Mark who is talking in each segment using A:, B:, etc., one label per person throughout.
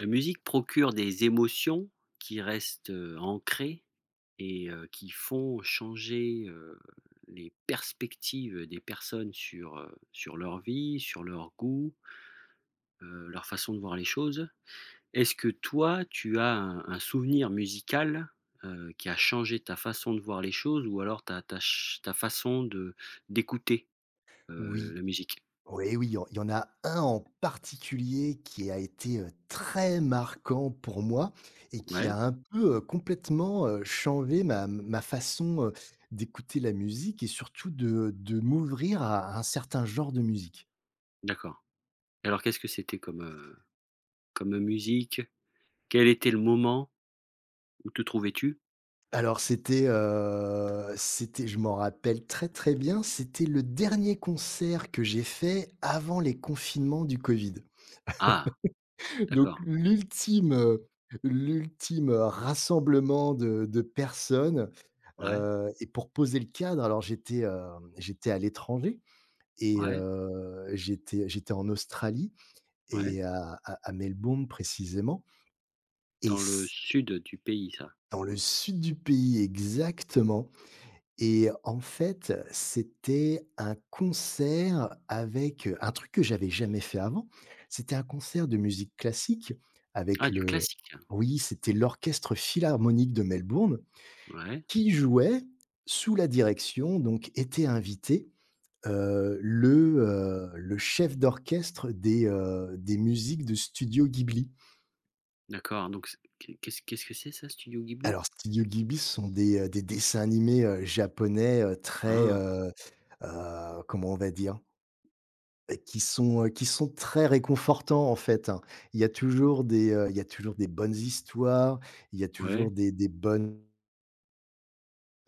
A: La musique procure des émotions qui restent, ancrées et qui font changer, les perspectives des personnes sur, sur leur vie, sur leurs goûts, leur façon de voir les choses. Est-ce que toi, tu as un souvenir musical, qui a changé ta façon de voir les choses ou alors ta façon de d'écouter,
B: Oui,
A: la musique?
B: oui, oui, il y en a un en particulier qui a été, très marquant pour moi et qui
A: Ouais?
B: a un peu, complètement, changé ma façon, d'écouter la musique et surtout de m'ouvrir à un certain genre de musique.
A: D'accord. Alors qu'est-ce que c'était comme, comme musique? Quel était le moment? Où te trouvais-tu?
B: Alors c'était, je m'en rappelle très, très bien, c'était le dernier concert que j'ai fait avant les confinements du covid.
A: Ah,
B: Donc
A: d'accord.
B: l'ultime, rassemblement de personnes,
A: Ouais,
B: et pour poser le cadre, alors j'étais à l'étranger et
A: ouais,
B: j'étais en Australie
A: ouais.
B: et à Melbourne précisément et
A: Dans le
B: c
A: sud du pays, ça.
B: dans le sud du pays exactement. Et en fait, c'était un concert avec, un truc que j'avais jamais fait avant. C'était un concert de musique classique avec
A: Ah, du
B: le
A: classique.
B: oui, c'était l'Orchestre philharmonique de Melbourne
A: Ouais,
B: qui jouait sous la direction. Donc était invité, le chef d'orchestre des musiques de Studio Ghibli.
A: d'accord. Donc, c'est qu'est-ce que c'est ça, Studio Ghibli?
B: Alors Studio Ghibli, ce sont des dessins animés, japonais,
A: Ah,
B: comment on va dire? Qui sont, très réconfortants, en fait, hein. Il y a toujours des, il y a toujours des bonnes histoires, il y a toujours
A: ouais.
B: des bonnes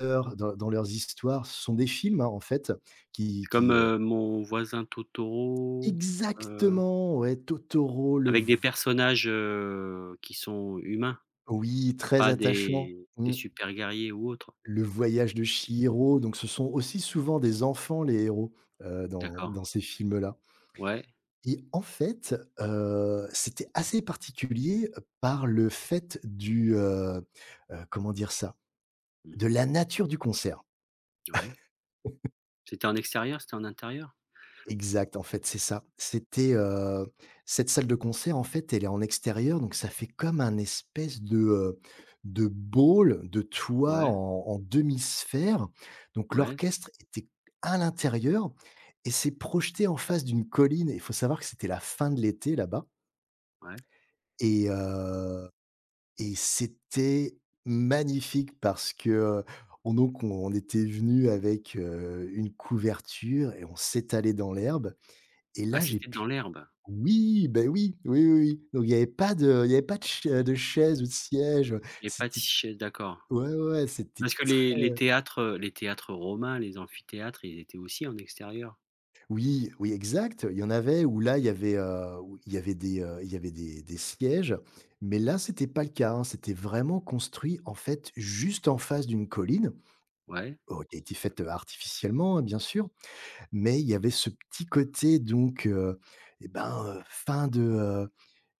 B: heures dans leurs histoires. Ce sont des films, hein, en fait, qui
A: C'est comme,
B: qui, heu
A: Mon voisin Totoro, heu,
B: exactement, ouais, Totoro, le v
A: avec des personnages, qui sont humains,
B: oui, très
A: pas
B: attachant.
A: des
B: Mmh.
A: super guerriers ou autres?
B: Le voyage de Chihiro, donc ce sont aussi souvent des enfants, les héros, heu, dans
A: D'accord.
B: dans ces films-là.
A: Ouais.
B: Et en fait, c'était assez particulier, par le fait du comment dire ça? De
A: Mmh.
B: la nature du concert.
A: Ouais. C'était en extérieur? C'était en intérieur?
B: Exact, en fait, c'est ça. C'était, cette salle de concert, en fait, elle est en extérieur, donc ça fait comme un espèce de bowl, de toit
A: Ouais,
B: en demi-sphère. Donc
A: ouais,
B: l'orchestre était à l'intérieur et s'est projeté en face d'une colline. Il faut savoir que c'était la fin de l'été là-bas
A: ouais.
B: et c'était magnifique parce que, on donc on était venu avec, une couverture et on s'étalait dans l'herbe et
A: Ah,
B: là j'ai
A: c'était dans
B: pu
A: l'herbe?
B: oui, ben oui, oui, oui, oui. Donc il y avait pas de il y avait pas de chaise ou de siège,
A: Il y pas de
B: c'était
A: sachet, d'accord.
B: ouais, ouais, ouais, c'était
A: Parce que les
B: très
A: les théâtres, les théâtres romains, les amphithéâtres, ils étaient aussi en extérieur.
B: oui, oui, exact. Il y en avait où là, il y avait, où il y avait des, il y avait des sièges, mais là, c'était pas le cas, hein. C'était vraiment construit, en fait, juste en face d'une colline.
A: Ouais,
B: Oh, qui a été faite, artificiellement, hein, bien sûr, mais il y avait ce petit côté donc, fin de,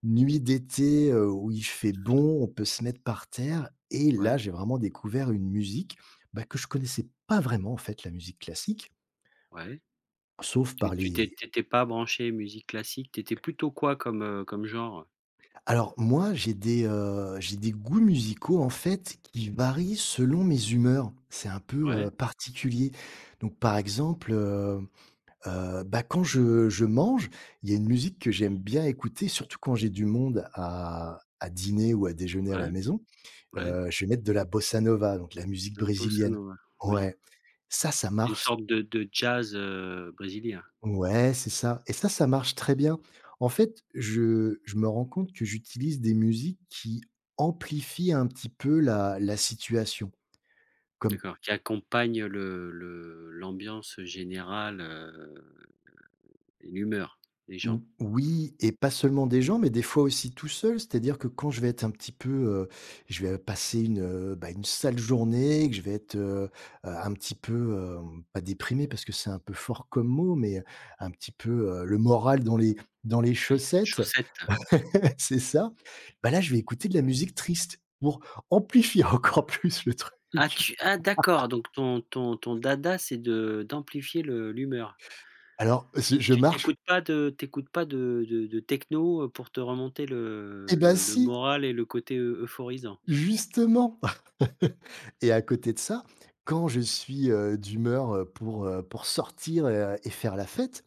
B: nuit d'été, où il fait bon, on peut se mettre par terre et là,
A: ouais,
B: j'ai vraiment découvert une musique, bah, que je connaissais pas vraiment, en fait, la musique classique,
A: ouais.
B: sauf
A: Tu
B: par
A: tu t'é
B: les
A: tu pas branché musique classique. T'étais plutôt quoi comme, comme genre?
B: alors moi, j'ai des, j'ai des goûts musicaux, en fait, qui varient selon mes humeurs. C'est un peu,
A: Ouais,
B: particulier. Donc par exemple, quand je mange, il y a une musique que j'aime bien écouter, surtout quand j'ai du monde à dîner ou à déjeuner à la
A: ouais,
B: maison.
A: ouais.
B: Je vais mettre de la bossa nova, donc la musique
A: La bossa
B: brésilienne.
A: nova, oui.
B: Ouais, ça
A: Une
B: marche
A: sorte de jazz, brésilien?
B: ouais, c'est ça et ça marche très bien. En fait, je me rends compte que j'utilise des musiques qui amplifient un petit peu la situation. Comme
A: D'accord, qui accompagne le l'ambiance générale, et l'humeur des gens.
B: ou oui et pas seulement des gens, mais des fois aussi tout seul. C'est-à-dire que quand je vais être un petit peu, je vais passer une, bah, une sale journée, que je vais être, un petit peu, pas déprimé parce que c'est un peu fort comme mot, mais un petit peu, le moral dans les
A: Les
B: chaussettes,
A: chaussettes.
B: c'est ça. Bah, là, je vais écouter de la musique triste pour amplifier encore plus le truc.
A: Ah tu ah d'accord, donc ton dada, c'est de d'amplifier le l'humeur.
B: Alors je
A: Tu
B: marche
A: t'écoutes pas de de techno, pour te remonter
B: et
A: le
B: ben
A: le le
B: si!
A: moral et le côté eu euphorisant?
B: Justement et à côté de ça, quand je suis, d'humeur, pour sortir, et faire la fête,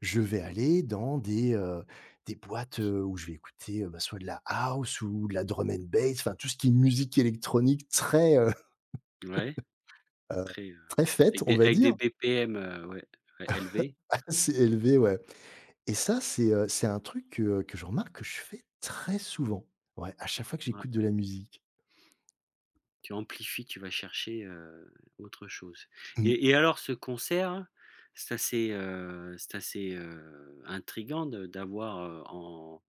B: je vais aller dans des boîtes, où je vais écouter, bah, soit de la house ou de la drum and bass, enfin tout ce qui est musique électronique très,
A: Ouais,
B: heu,
A: très,
B: très fête, on va
A: avec des
B: dire,
A: BPM, ouais, ouais, élevés.
B: assez élevé, ouais et ça, c'est un truc que je remarque que je fais très souvent. Ouais, à chaque fois que
A: Ouais.
B: j'écoute de la musique.
A: Tu amplifies, tu vas chercher, autre chose
B: Mmh.
A: et alors ce concert, c'est assez, intriguant de d'avoir, heu, en.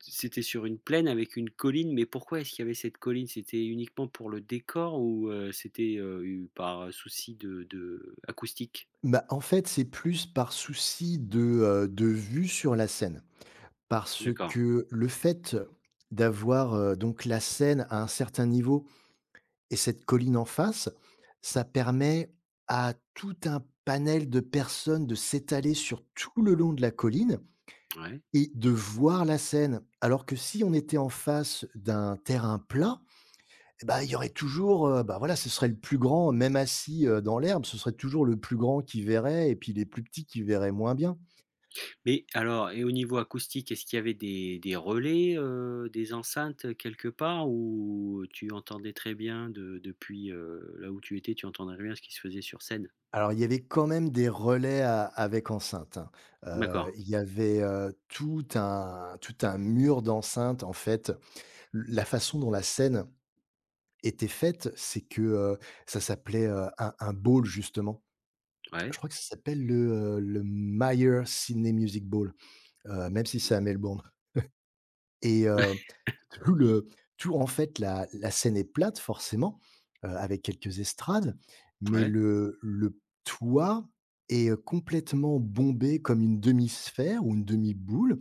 A: C'était sur une plaine avec une colline, mais pourquoi est-ce qu'il y avait cette colline? C'était uniquement pour le décor ou, c'était, u par souci de acoustique?
B: Bah, en fait, c'est plus par souci de vue sur la scène. Parce
A: D'accord,
B: que le fait d'avoir, donc la scène à un certain niveau et cette colline en face, ça permet à tout un panel de personnes de s'étaler sur tout le long de la colline
A: ouais.
B: et de voir la scène. Alors que si on était en face d'un terrain plat, et bah, il y aurait toujours, bah, voilà, ce serait le plus grand, même assis, dans l'herbe, ce serait toujours le plus grand qui verrait et puis les plus petits qui verraient moins bien.
A: Mais alors et au niveau acoustique, est-ce qu'il y avait des relais, des enceintes quelque part ou tu entendais très bien de depuis, là où tu étais, tu entendais bien ce qui se faisait sur scène?
B: Alors, il y avait quand même des relais a avec enceinte, hein.
A: D'accord,
B: Il y avait, tout un mur d'enceinte, en fait. L la façon dont la scène était faite, c'est que, ça s'appelait, un bowl, justement.
A: ouais.
B: Je crois que ça s'appelle le Myer Sydney Music Bowl, même si c'est à
A: Mmh.
B: Melbourne. Et heu, tout le tout en fait, la scène est plate forcément, avec quelques estrades, mais
A: Ouais,
B: le toit est, complètement bombé comme une demi-sphère ou une demi-boule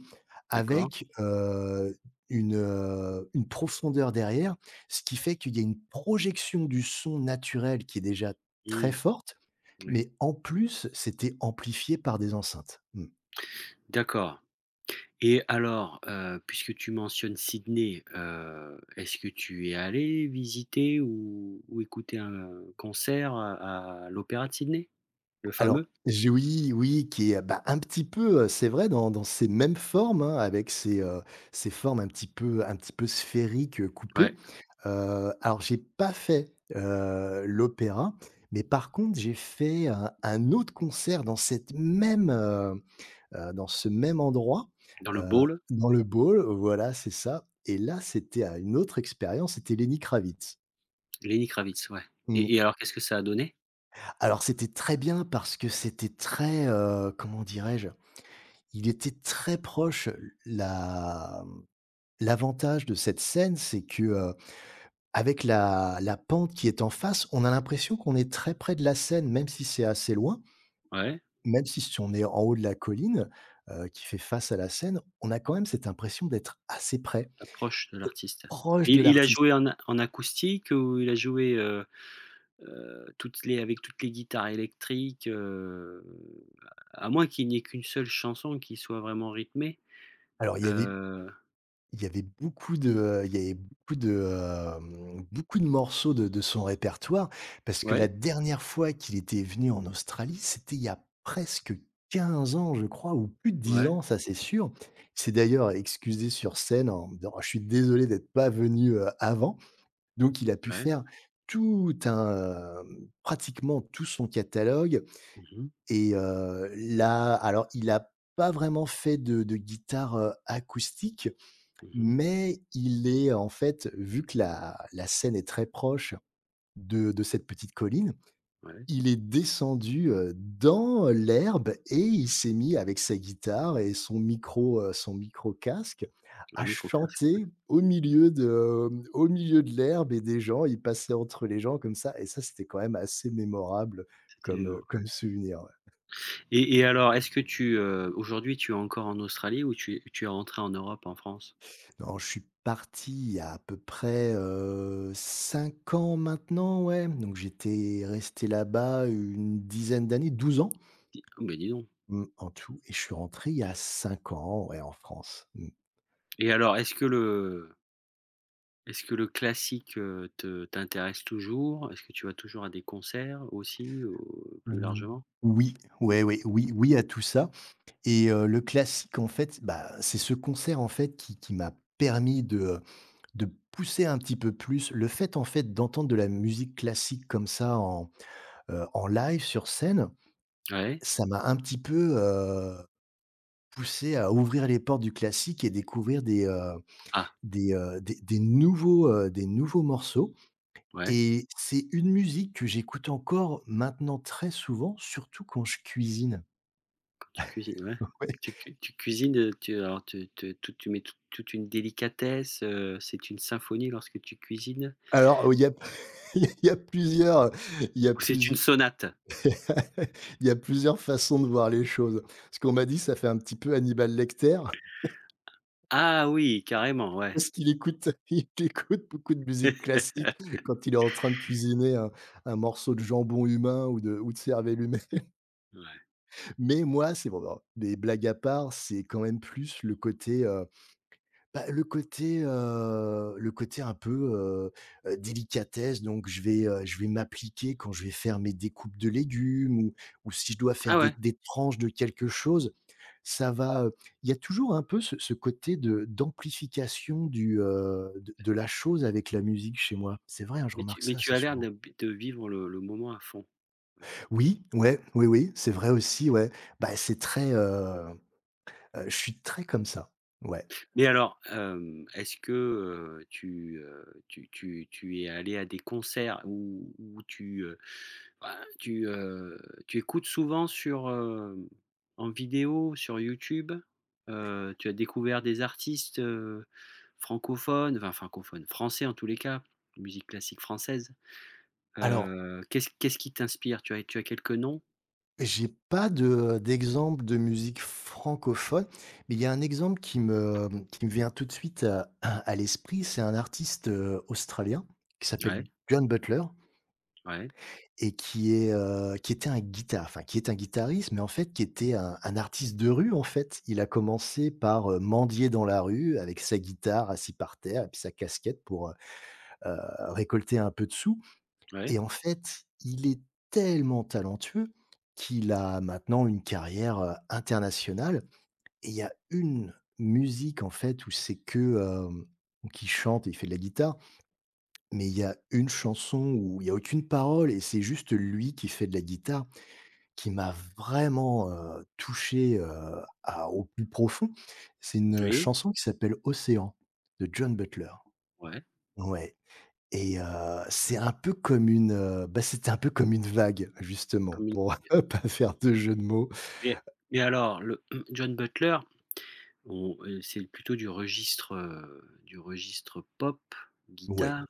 A: d'accord.
B: avec, une profondeur derrière, ce qui fait qu'il y a une projection du son naturel qui est déjà très
A: Mmh,
B: forte,
A: oui.
B: mais en plus, c'était amplifié par des enceintes. Mmh.
A: D'accord. Et alors, puisque tu mentionnes Sydney, est-ce que tu es allé visiter ou écouter un concert à l'opéra de Sydney? Le
B: Alors,
A: fameux?
B: j'ai oui, oui, qui est, bah, un petit peu, c'est vrai dans dans ces mêmes formes, hein, avec ces, ces formes un petit peu sphériques, coupées.
A: Ouais,
B: Alors j'ai pas fait, l'opéra, mais par contre j'ai fait un autre concert dans cette même, dans ce même endroit,
A: dans le Bowl,
B: dans le Ball, voilà, c'est ça et là c'était, à une autre expérience, c'était Lenny Kravitz.
A: Lenny Kravitz, ouais.
B: Mmh.
A: Et alors qu'est-ce que ça a donné?
B: Alors c'était très bien parce que c'était très, comment dirais-je? Il était très proche. La mmh, L'avantage de cette scène, c'est que, avec la pente qui est en face, on a l'impression qu'on est très près de la Seine, même si c'est assez loin.
A: Ouais,
B: Même si on est en haut de la colline, qui fait face à la Seine, on a quand même cette impression d'être assez près,
A: l'approche de l'artiste.
B: proche de
A: Il a
B: l'artiste.
A: joué en en acoustique ou il a joué, toutes les avec toutes les guitares électriques, à moins qu'il n'y ait qu'une seule chanson qui soit vraiment rythmée,
B: Alors il y avait
A: heu,
B: Il y avait beaucoup de, il y avait beaucoup de, hem, beaucoup de morceaux de son répertoire parce que la
A: ouais,
B: dernière fois qu'il était venu en Australie, c'était il y a presque 15 ans, je crois, ou plus de dix
A: ouais,
B: ans, ça c'est sûr. Il s'est d'ailleurs excusé sur scène en disant: «Oh, Je suis désolé d'être pas venu, avant». Donc il a pu
A: ouais.
B: faire pratiquement tout son catalogue
A: Mmh mh.
B: et là il a pas vraiment fait de guitare, acoustique,
A: Mmh mh.
B: mais il est en fait, vu que la scène est très proche de cette petite colline,
A: Ouais,
B: il est descendu, dans l'herbe et il s'est mis avec sa guitare et son micro casque
A: un
B: à
A: micro-casque,
B: chanter au milieu de l'herbe et des gens. Il passait entre les gens comme ça et ça, c'était quand même assez mémorable
A: c'était,
B: comme,
A: heu
B: comme souvenir.
A: Et alors est-ce que tu, aujourd'hui tu es encore en Australie ou tu es rentré en Europe, en France?
B: Alors, je suis parti il y a à peu près, 5 ans maintenant, ouais, donc j'étais resté là-bas une dizaine d'années, 12 ans,
A: Di ah beh, dis donc
B: mmh, en tout et je suis rentré il y a 5 ans, ouais, en France. Mmh.
A: et alors est-ce que le classique, te t'intéresse toujours? Est-ce que tu vas toujours à des concerts aussi, ou plus
B: Ou
A: largement?
B: oui, ouais, ouais, oui, oui à tout ça et le classique, en fait, bah, c'est ce concert, en fait, qui m'a permis de, de pousser un petit peu plus le fait, en fait, d'entendre de la musique classique comme ça en, en live sur scène,
A: Ouais.
B: ça m'a un petit peu poussé à ouvrir les portes du classique et découvrir des, heu,
A: Ah,
B: des, heu, des des nouveaux, des nouveaux morceaux
A: ouais,
B: et c'est une musique que j'écoute encore maintenant très souvent, surtout quand je cuisine.
A: quand tu cuisines, ouais.
B: Ouais.
A: Tu cuisines, tu alors tu mets toute une délicatesse, c'est une symphonie lorsque tu cuisines?
B: Alors, il y a il y a plusieurs, il y a
A: Ou c'est une
B: plusieurs
A: sonate?
B: il y a plusieurs façons de voir les choses. Ce qu'on m'a dit, ça fait un petit peu Hannibal Lecter,
A: Ah oui, carrément, ouais.
B: parce qu'il écoute il écoute beaucoup de musique classique quand il est en train de cuisiner un morceau de jambon humain ou de cervelle humaine.
A: Ouais.
B: Mais moi, c'est bon, alors, des blagues à part, c'est quand même plus le côté, le côté un peu, délicatesse. Donc je vais m'appliquer quand je vais faire mes découpes de légumes ou si je dois faire
A: Ah
B: des
A: ouais,
B: des tranches de quelque chose. Ça va, il y a toujours un peu ce côté de d'amplification du, de la chose avec la musique chez moi. C'est vrai, hein, je
A: mais
B: remarque
A: tu mais
B: ça
A: tu
B: assez
A: as l'air
B: souvent.
A: de vivre le moment à fond. Ouais.
B: Oui, ouais, oui, oui, c'est vrai aussi, ouais. Bah, c'est très, je suis très comme ça, ouais.
A: Mais alors, est-ce que, tu es allé à des concerts où où tu, bah, tu, heu, tu écoutes souvent sur, en vidéo, sur YouTube? Tu as découvert des artistes, francophones, enfin francophones, français en tous les cas, musique classique française?
B: Alors,
A: Qu'est-ce qui t'inspire? Tu as quelques noms?
B: j'ai pas de, d'exemple de musique francophone, mais il y a un exemple qui me vient tout de suite à l'esprit. C'est un artiste, australien qui
A: Ouais,
B: s'appelle John Butler.
A: ouais,
B: Et qui est, qui était un guita enfin qui est un guitariste, mais en fait qui était un artiste de rue en fait. Il a commencé par, mendier dans la rue avec sa guitare assis par terre et puis sa casquette pour, heu, récolter un peu de sous et
A: ouais.
B: en fait, il est tellement talentueux qu'il a maintenant une carrière, internationale et il y a une musique en fait où c'est que, donc chante et il fait de la guitare, mais il y a une chanson où il y a aucune parole et c'est juste lui qui fait de la guitare qui m'a vraiment, touché, à au plus profond. C'est une,
A: Oui,
B: chanson qui s'appelle «Océan» de John Butler.
A: ouais,
B: Ouais et c'est un peu comme une, c'était un peu comme une vague justement
A: comme une
B: pour pas faire de jeu de mots.
A: mais mais alors le John Butler, on c'est plutôt du registre pop,
B: Ouais.
A: guitare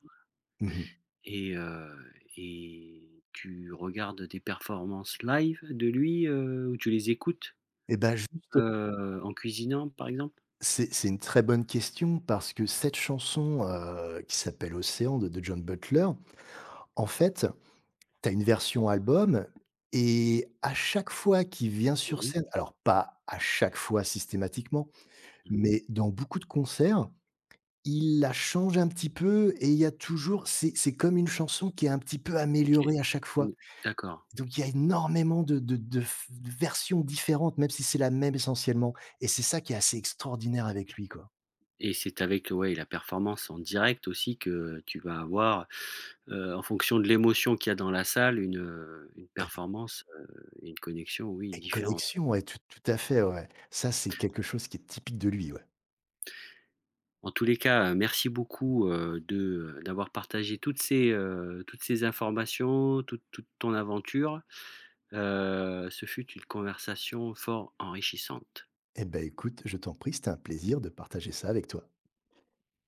B: Mmh.
A: et tu regardes des performances live de lui, ou tu les écoutes,
B: et ben, juste
A: en cuisinant, par exemple?
B: c'est une très bonne question parce que cette chanson, qui s'appelle «Océan» de John Butler, en fait tu as une version album et à chaque fois qu'il vient sur
A: Mmh mh.
B: scène, alors pas à chaque fois systématiquement,
A: Mmh.
B: mais dans beaucoup de concerts, il la change un petit peu et il y a toujours c'est comme une chanson qui est un petit peu
A: Et
B: améliorée à chaque fois.
A: mmh, d'accord
B: Donc il y a énormément de versions différentes, même si c'est la même essentiellement et c'est ça qui est assez extraordinaire avec lui, quoi.
A: et c'est avec, ouais, la performance en direct aussi que tu vas avoir, en fonction de l'émotion qu'il y a dans la salle, une
B: Connec
A: performance. Et une connexion, oui,
B: une
A: différente.
B: connexion, ouais, tout à fait, ouais. Ça, c'est quelque chose qui est typique de lui, ouais.
A: En tous les cas, merci beaucoup, de, d'avoir partagé toutes ces informations, toute ton aventure. Ce fut une conversation fort enrichissante.
B: Eh ben écoute, je t'en prie, c'était un plaisir de partager ça avec toi.